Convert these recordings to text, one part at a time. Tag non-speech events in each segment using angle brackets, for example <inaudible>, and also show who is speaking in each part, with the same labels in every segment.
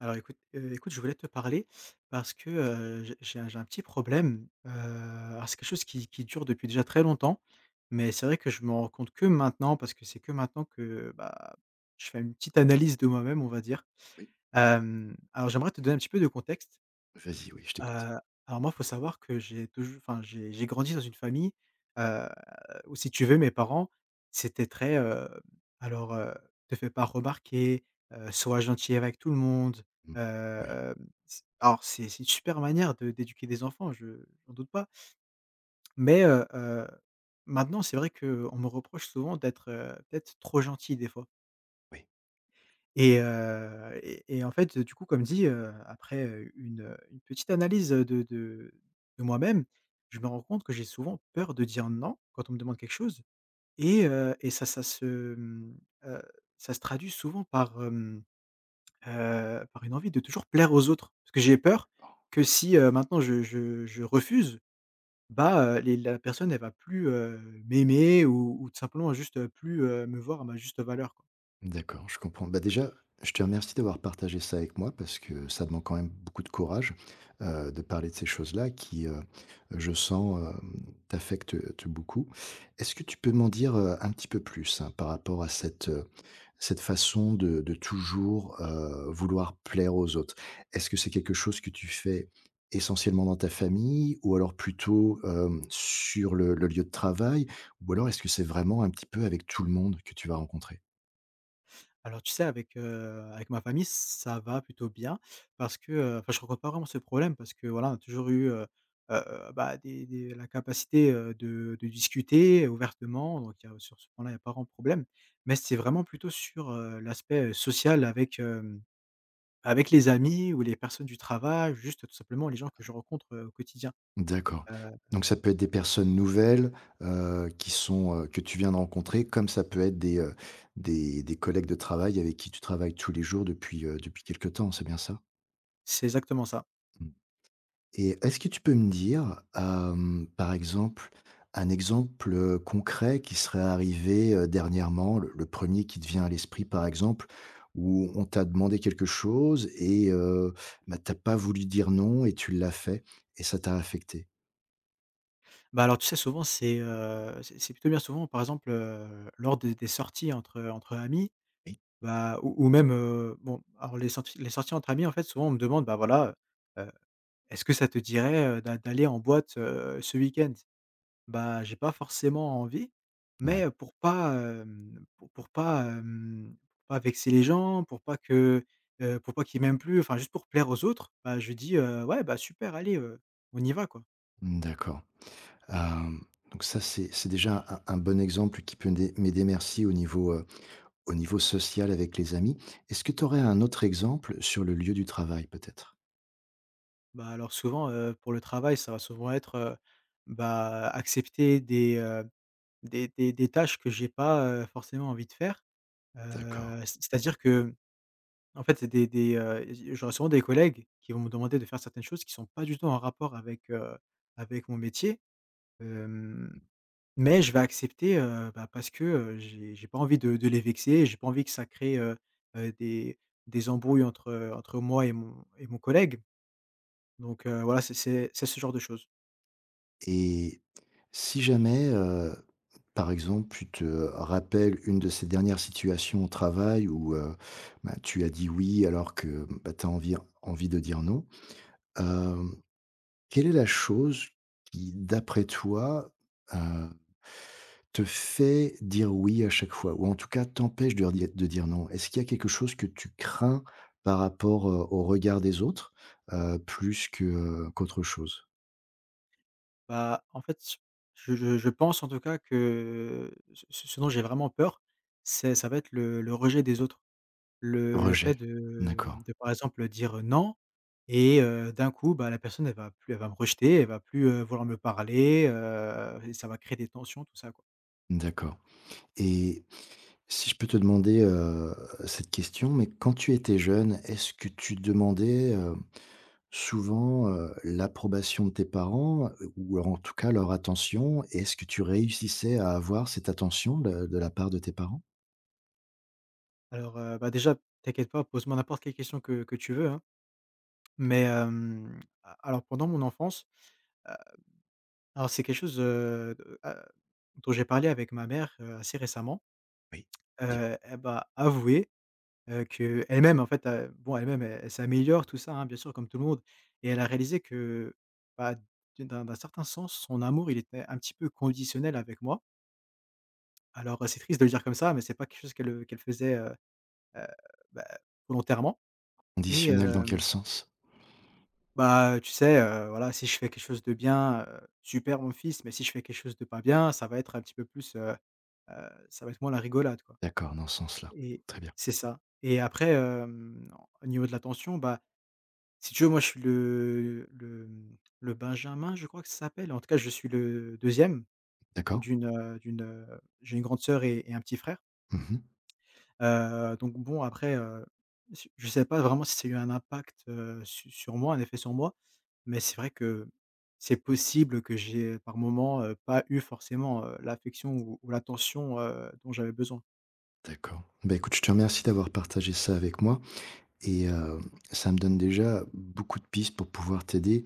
Speaker 1: Alors écoute, je voulais te parler parce que, j'ai un petit problème. Alors c'est quelque chose qui dure depuis déjà très longtemps, mais c'est vrai que je m'en rends compte que maintenant parce que c'est que maintenant que, bah, je fais une petite analyse de moi-même, on va dire.
Speaker 2: Oui,
Speaker 1: Alors j'aimerais te donner un petit peu de contexte.
Speaker 2: vas-y, oui, je t'écoute.
Speaker 1: Heu, alors moi, faut savoir que j'ai touj enfin, j'ai grandi dans une famille, heu, où si tu veux, mes parents, c'était très... Alors, te fais pas remarquer, sois gentil avec tout le monde.
Speaker 2: Mmh. Oui.
Speaker 1: Hem, c Alors c'est une super manière de d'éduquer des enfants, je j'en doute pas. Mais, maintenant, c'est vrai qu'on me reproche souvent d'être, peut-être trop gentil des fois.
Speaker 2: Oui.
Speaker 1: Et en fait, du coup, comme dit, après, une petite analyse de moi-même, je me rends compte que j'ai souvent peur de dire non quand on me demande quelque chose et heu, ça se traduit souvent par, par une envie de toujours plaire aux autres. Parce que j'ai peur
Speaker 2: D'accord.
Speaker 1: que si, maintenant je refuse, bah, les la personne elle va plus, m'aimer ou tout simplement juste, plus, me voir à ma juste valeur.
Speaker 2: D'accord, je comprends. Bah, déjà, je te remercie d'avoir partagé ça avec moi parce que ça demande quand même beaucoup de courage, de parler de ces choses-là qui, je sens, t'affectent, beaucoup. Est-ce que tu peux m'en dire, un petit peu plus, hein, par rapport à cette, cette façon de toujours, vouloir plaire aux autres. Est-ce que c'est quelque chose que tu fais essentiellement dans ta famille ou alors plutôt, sur le lieu de travail? Ou alors est-ce que c'est vraiment un petit peu avec tout le monde que tu vas rencontrer?
Speaker 1: Alors tu sais avec ma famille, ça va plutôt bien parce que, enfin je rencontre pas vraiment ce problème parce que voilà, on a toujours eu, bah, des la capacité, de discuter ouvertement. Donc il y a sur ce point-là, il n'y a pas vraiment de problème. Mais c'est vraiment plutôt sur, l'aspect, social avec les amis ou les personnes du travail, juste tout simplement les gens que je rencontre, au quotidien.
Speaker 2: D'accord.
Speaker 1: Heu,
Speaker 2: Donc ça peut être des personnes nouvelles, qui sont, que tu viens de rencontrer, comme ça peut être des, des collègues de travail avec qui tu travailles tous les jours depuis, depuis quelque temps, c'est bien ça?
Speaker 1: c'est exactement ça.
Speaker 2: Mmh. Et est-ce que tu peux me dire, par exemple, un exemple, concret qui serait arrivé, dernièrement, le 1er qui te vient à l'esprit, par exemple, où on t'a demandé quelque chose et bah, tu pas voulu dire non et tu l'as fait et ça t'a affecté?
Speaker 1: Bah, alors tu sais souvent c'est plutôt bien. Souvent par exemple, lors des sorties entre amis.
Speaker 2: Oui.
Speaker 1: Bah, ou même, bon, alors les sorties entre amis, en fait, souvent on me demande: «Bah, voilà, heu est-ce que ça te dirait, d'aller en boîte, ce week-end ?» Bah, j'ai pas forcément envie,
Speaker 2: Ouais,
Speaker 1: mais pour pas, hem, pour pas, hem, pour pas vexer les gens, pour pas qu'ils m'aiment plus, enfin juste pour plaire aux autres, bah, je dis: «Ouais, bah, super, allez, on y va, quoi».
Speaker 2: mmh, d'accord. Hem, donc ça, c'est déjà un bon exemple qui peut m'aider, merci, au niveau social avec les amis. Est-ce que tu aurais un autre exemple sur le lieu du travail, peut-être?
Speaker 1: Bah, alors souvent, pour le travail, ça va souvent être, bah, accepter des tâches que j'ai pas, forcément envie de faire.
Speaker 2: D'accord.
Speaker 1: C'est-à-dire que, en fait, c'est des, j j'aurai souvent des collègues qui vont me demander de faire certaines choses qui sont pas du tout en rapport avec mon métier. hem, mais je vais accepter, bah, parce que, j'ai pas envie de les vexer, j'ai pas envie que ça crée, heu, des des embrouilles entre moi et mon collègue. Donc, voilà, c'est ce genre de choses.
Speaker 2: Et si jamais, par exemple, tu te rappelles une de ces dernières situations au travail où, bah, tu as dit «oui» alors que, bah, tu as envie de dire «non», hem, quelle est la chose qui, d'après toi, heu, te fait dire «oui» à chaque fois? Ou en tout cas t'empêche de dire «non»? Est-ce qu'il y a quelque chose que tu crains par rapport, au regard des autres, plus que, qu'autre chose?
Speaker 1: Bah, en fait, je pense en tout cas que ce dont j'ai vraiment peur, c'est, ça va être le rejet des autres. Le
Speaker 2: Rejet.
Speaker 1: fait de
Speaker 2: D'accord,
Speaker 1: de par exemple dire «non» et d'un coup, bah, la personne elle va plus, elle va me rejeter, elle va plus, vouloir me parler, et ça va créer des tensions, tout ça quoi.
Speaker 2: d'accord. Et si je peux te demander, cette question, mais quand tu étais jeune, est-ce que tu demandais, souvent, l'approbation de tes parents, ou en tout cas leur attention? Et est-ce que tu réussissais à avoir cette attention de la part de tes parents?
Speaker 1: Alors, bah, déjà t'inquiète pas, pose-moi n'importe quelle question que tu veux, hein, mais hem, a alors pendant mon enfance, heu, alors c'est quelque chose dont j'ai parlé avec ma mère, assez récemment.
Speaker 2: Oui. Dis-moi.
Speaker 1: Elle m'a avoué que elle même en fait, bon elle-même elle s'améliore tout ça, hein, bien sûr comme tout le monde, et elle a réalisé que, bah, d'un certain sens, son amour il était un petit peu conditionnel avec moi. Alors, c'est triste de le dire comme ça, mais c'est pas quelque chose qu'elle faisait, heu, bah, volontairement. Et
Speaker 2: Conditionnelle dans quel sens?
Speaker 1: bah, tu sais, voilà, si je fais quelque chose de bien, super mon fils, mais si je fais quelque chose de pas bien, ça va être un petit peu plus, ça va être moins la rigolade quoi.
Speaker 2: D'accord, dans ce sens-là.
Speaker 1: Et
Speaker 2: Très bien.
Speaker 1: c'est ça. Et après, au niveau de l'attention, bah, si tu veux, moi, je suis le benjamin, je crois que ça s'appelle. En tout cas, je suis le deuxième.
Speaker 2: D'accord.
Speaker 1: d'une, heu, d'une, heu j'ai une grande sœur et un petit frère.
Speaker 2: Mmh.
Speaker 1: Donc bon, après, je sais pas vraiment si ça a eu un impact, su sur moi, un effet sur moi, mais c'est vrai que c'est possible que j'ai, par moment, pas eu forcément, l'affection ou l'attention, dont j'avais besoin.
Speaker 2: D'accord. Bah, écoute, je te remercie d'avoir partagé ça avec moi et ça me donne déjà beaucoup de pistes pour pouvoir t'aider.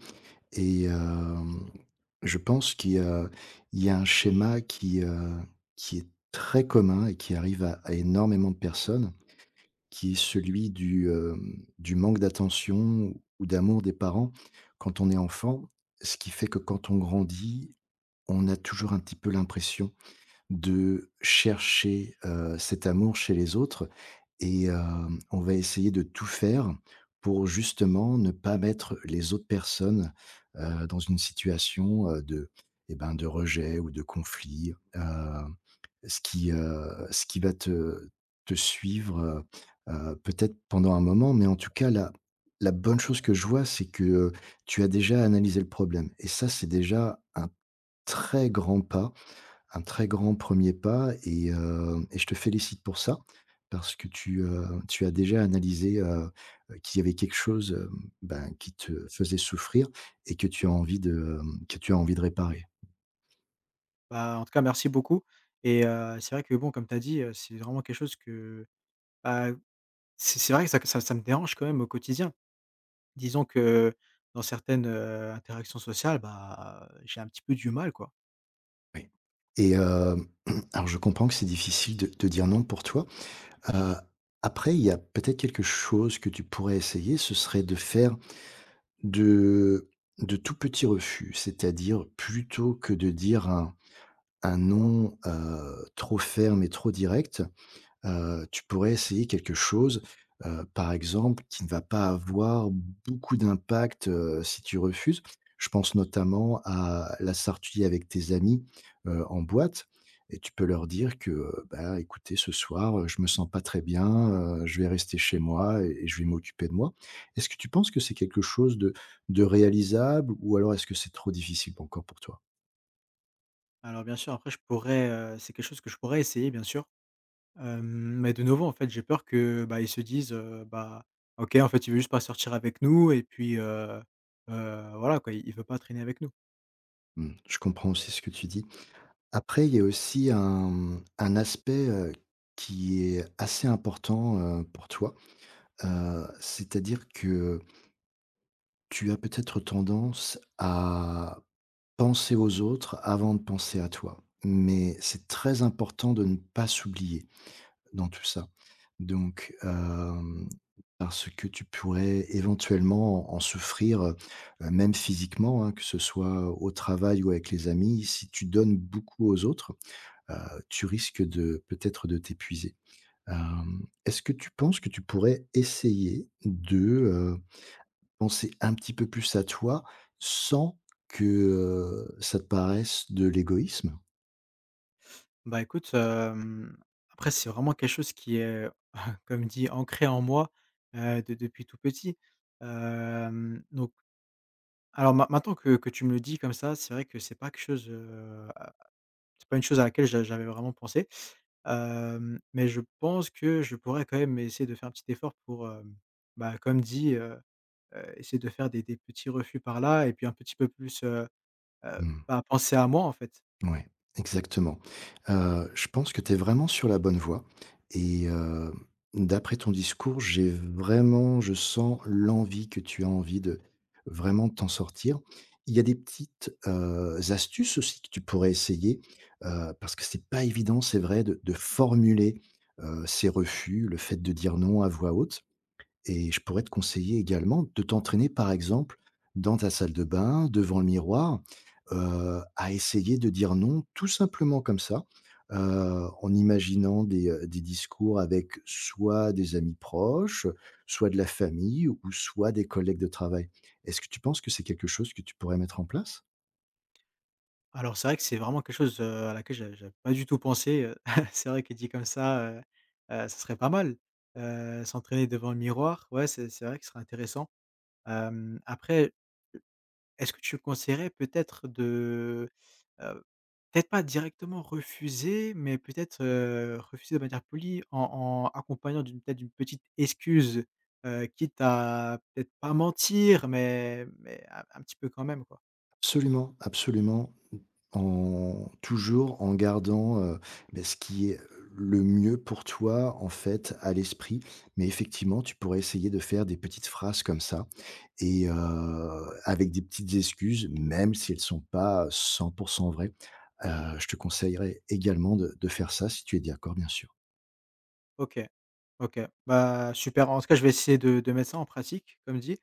Speaker 2: Et je pense qu'il y a il y a un schéma qui est très commun et qui arrive à énormément de personnes, qui est celui du, du manque d'attention ou d'amour des parents quand on est enfant. Ce qui fait que quand on grandit, on a toujours un petit peu l'impression de chercher, cet amour chez les autres et on va essayer de tout faire pour justement ne pas mettre les autres personnes, dans une situation, de et ben, de rejet ou de conflit, ce qui va te suivre, peut-être pendant un moment, mais en tout cas la la bonne chose que je vois, c'est que, tu as déjà analysé le problème et ça, c'est déjà un très grand pas, un très grand premier pas et et je te félicite pour ça, parce que tu, tu as déjà analysé, qu'il y avait quelque chose, ben, qui te faisait souffrir et que tu as envie de, que tu as envie de réparer.
Speaker 1: Bah, en tout cas, merci beaucoup. Et c'est vrai que bon, comme tu as dit, c'est vraiment quelque chose que, bah, c'est vrai que ça me dérange quand même au quotidien. Disons que dans certaines, interactions sociales, bah, j'ai un petit peu du mal, quoi.
Speaker 2: Oui. Et <clears throat> alors je comprends que c'est difficile de dire non pour toi. Heu, Après il y a peut-être quelque chose que tu pourrais essayer, ce serait de faire de de tout petits refus. C'est-à-dire plutôt que de dire un non, trop ferme et trop direct, tu pourrais essayer quelque chose, par exemple, qui ne va pas avoir beaucoup d'impact, si tu refuses. Je pense notamment à la sortie avec tes amis, en boîte et tu peux leur dire que, bah, écoutez, ce soir, je me sens pas très bien, je vais rester chez moi et je vais m'occuper de moi. Est-ce que tu penses que c'est quelque chose de réalisable ou alors est-ce que c'est trop difficile encore pour toi?
Speaker 1: Alors bien sûr, après je pourrais, c'est quelque chose que je pourrais essayer, bien sûr. hem, mais de nouveau, en fait, j'ai peur que, bah, ils se disent: «Bah, OK, en fait il veut juste pas sortir avec nous et puis, voilà quoi, il veut pas traîner avec nous».
Speaker 2: Mmh, je comprends aussi ce que tu dis. Après, il y a aussi un aspect, qui est assez important, pour toi, c'est-à-dire que tu as peut-être tendance à penser aux autres avant de penser à toi. Mais c'est très important de ne pas s'oublier dans tout ça. Donc, parce que tu pourrais éventuellement en souffrir, même physiquement, hein, que ce soit au travail ou avec les amis, si tu donnes beaucoup aux autres tu risques de peut-être de t'épuiser. Est-ce que tu penses que tu pourrais essayer de, heu, penser un petit peu plus à toi sans que, ça te paraisse de l'égoïsme?
Speaker 1: Bah, écoute, après c'est vraiment quelque chose qui est, <laughs> comme dit, ancré en moi, de depuis tout petit. Donc alors maintenant que tu me le dis comme ça, c'est vrai que c'est pas quelque chose, à C'est pas une chose à laquelle j'avais vraiment pensé. Mais je pense que je pourrais quand même essayer de faire un petit effort pour, bah, comme dit, essayer de faire des petits refus par là et puis un petit peu plus, heu,
Speaker 2: Mmh.
Speaker 1: bah, penser à moi, en fait.
Speaker 2: Ouais, exactement. Je pense que tu es vraiment sur la bonne voie et d'après ton discours, j'ai vraiment je sens l'envie que tu as envie de vraiment t'en sortir. Il y a des petites, astuces aussi que tu pourrais essayer, parce que c'est pas évident, c'est vrai, de formuler, ses refus, le fait de dire non à voix haute. Et je pourrais te conseiller également de t'entraîner, par exemple, dans ta salle de bain, devant le miroir, à essayer de dire non, tout simplement comme ça, en imaginant des discours avec soit des amis proches, soit de la famille ou soit des collègues de travail. Est-ce que tu penses que c'est quelque chose que tu pourrais mettre en place?
Speaker 1: Alors c'est vrai que c'est vraiment quelque chose, à laquelle j'avais pas du tout pensé. <laughs> C'est vrai que dit comme ça, ce serait pas mal, s'entraîner devant le miroir. Ouais, c'est vrai que ce serait intéressant. Après, est-ce que tu conseillerais peut-être de, heu, peut-être pas directement refuser, mais peut-être, refuser de manière polie en accompagnant d'une peut-être d'une petite excuse, quitte à peut-être pas mentir, mais un petit peu quand même, quoi.
Speaker 2: Absolument, absolument. En toujours en gardant, beh, ce qui est le mieux pour toi, en fait, à l'esprit. Mais effectivement, tu pourrais essayer de faire des petites phrases comme ça et avec des petites excuses, même si elles sont pas 100% vraies. Heu, je te conseillerais également de faire ça si tu es d'accord, bien sûr.
Speaker 1: OK. OK. Bah, super. En tout cas, je vais essayer de mettre ça en pratique, comme dit,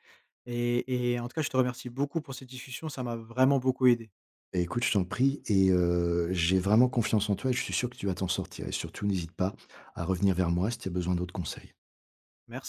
Speaker 1: et en tout cas, je te remercie beaucoup pour cette discussion. Ça m'a vraiment beaucoup aidé.
Speaker 2: Beh, écoute, je t'en prie et j'ai vraiment confiance en toi et je suis sûr que tu vas t'en sortir et surtout n'hésite pas à revenir vers moi si tu as besoin d'autres conseils.
Speaker 1: Merci.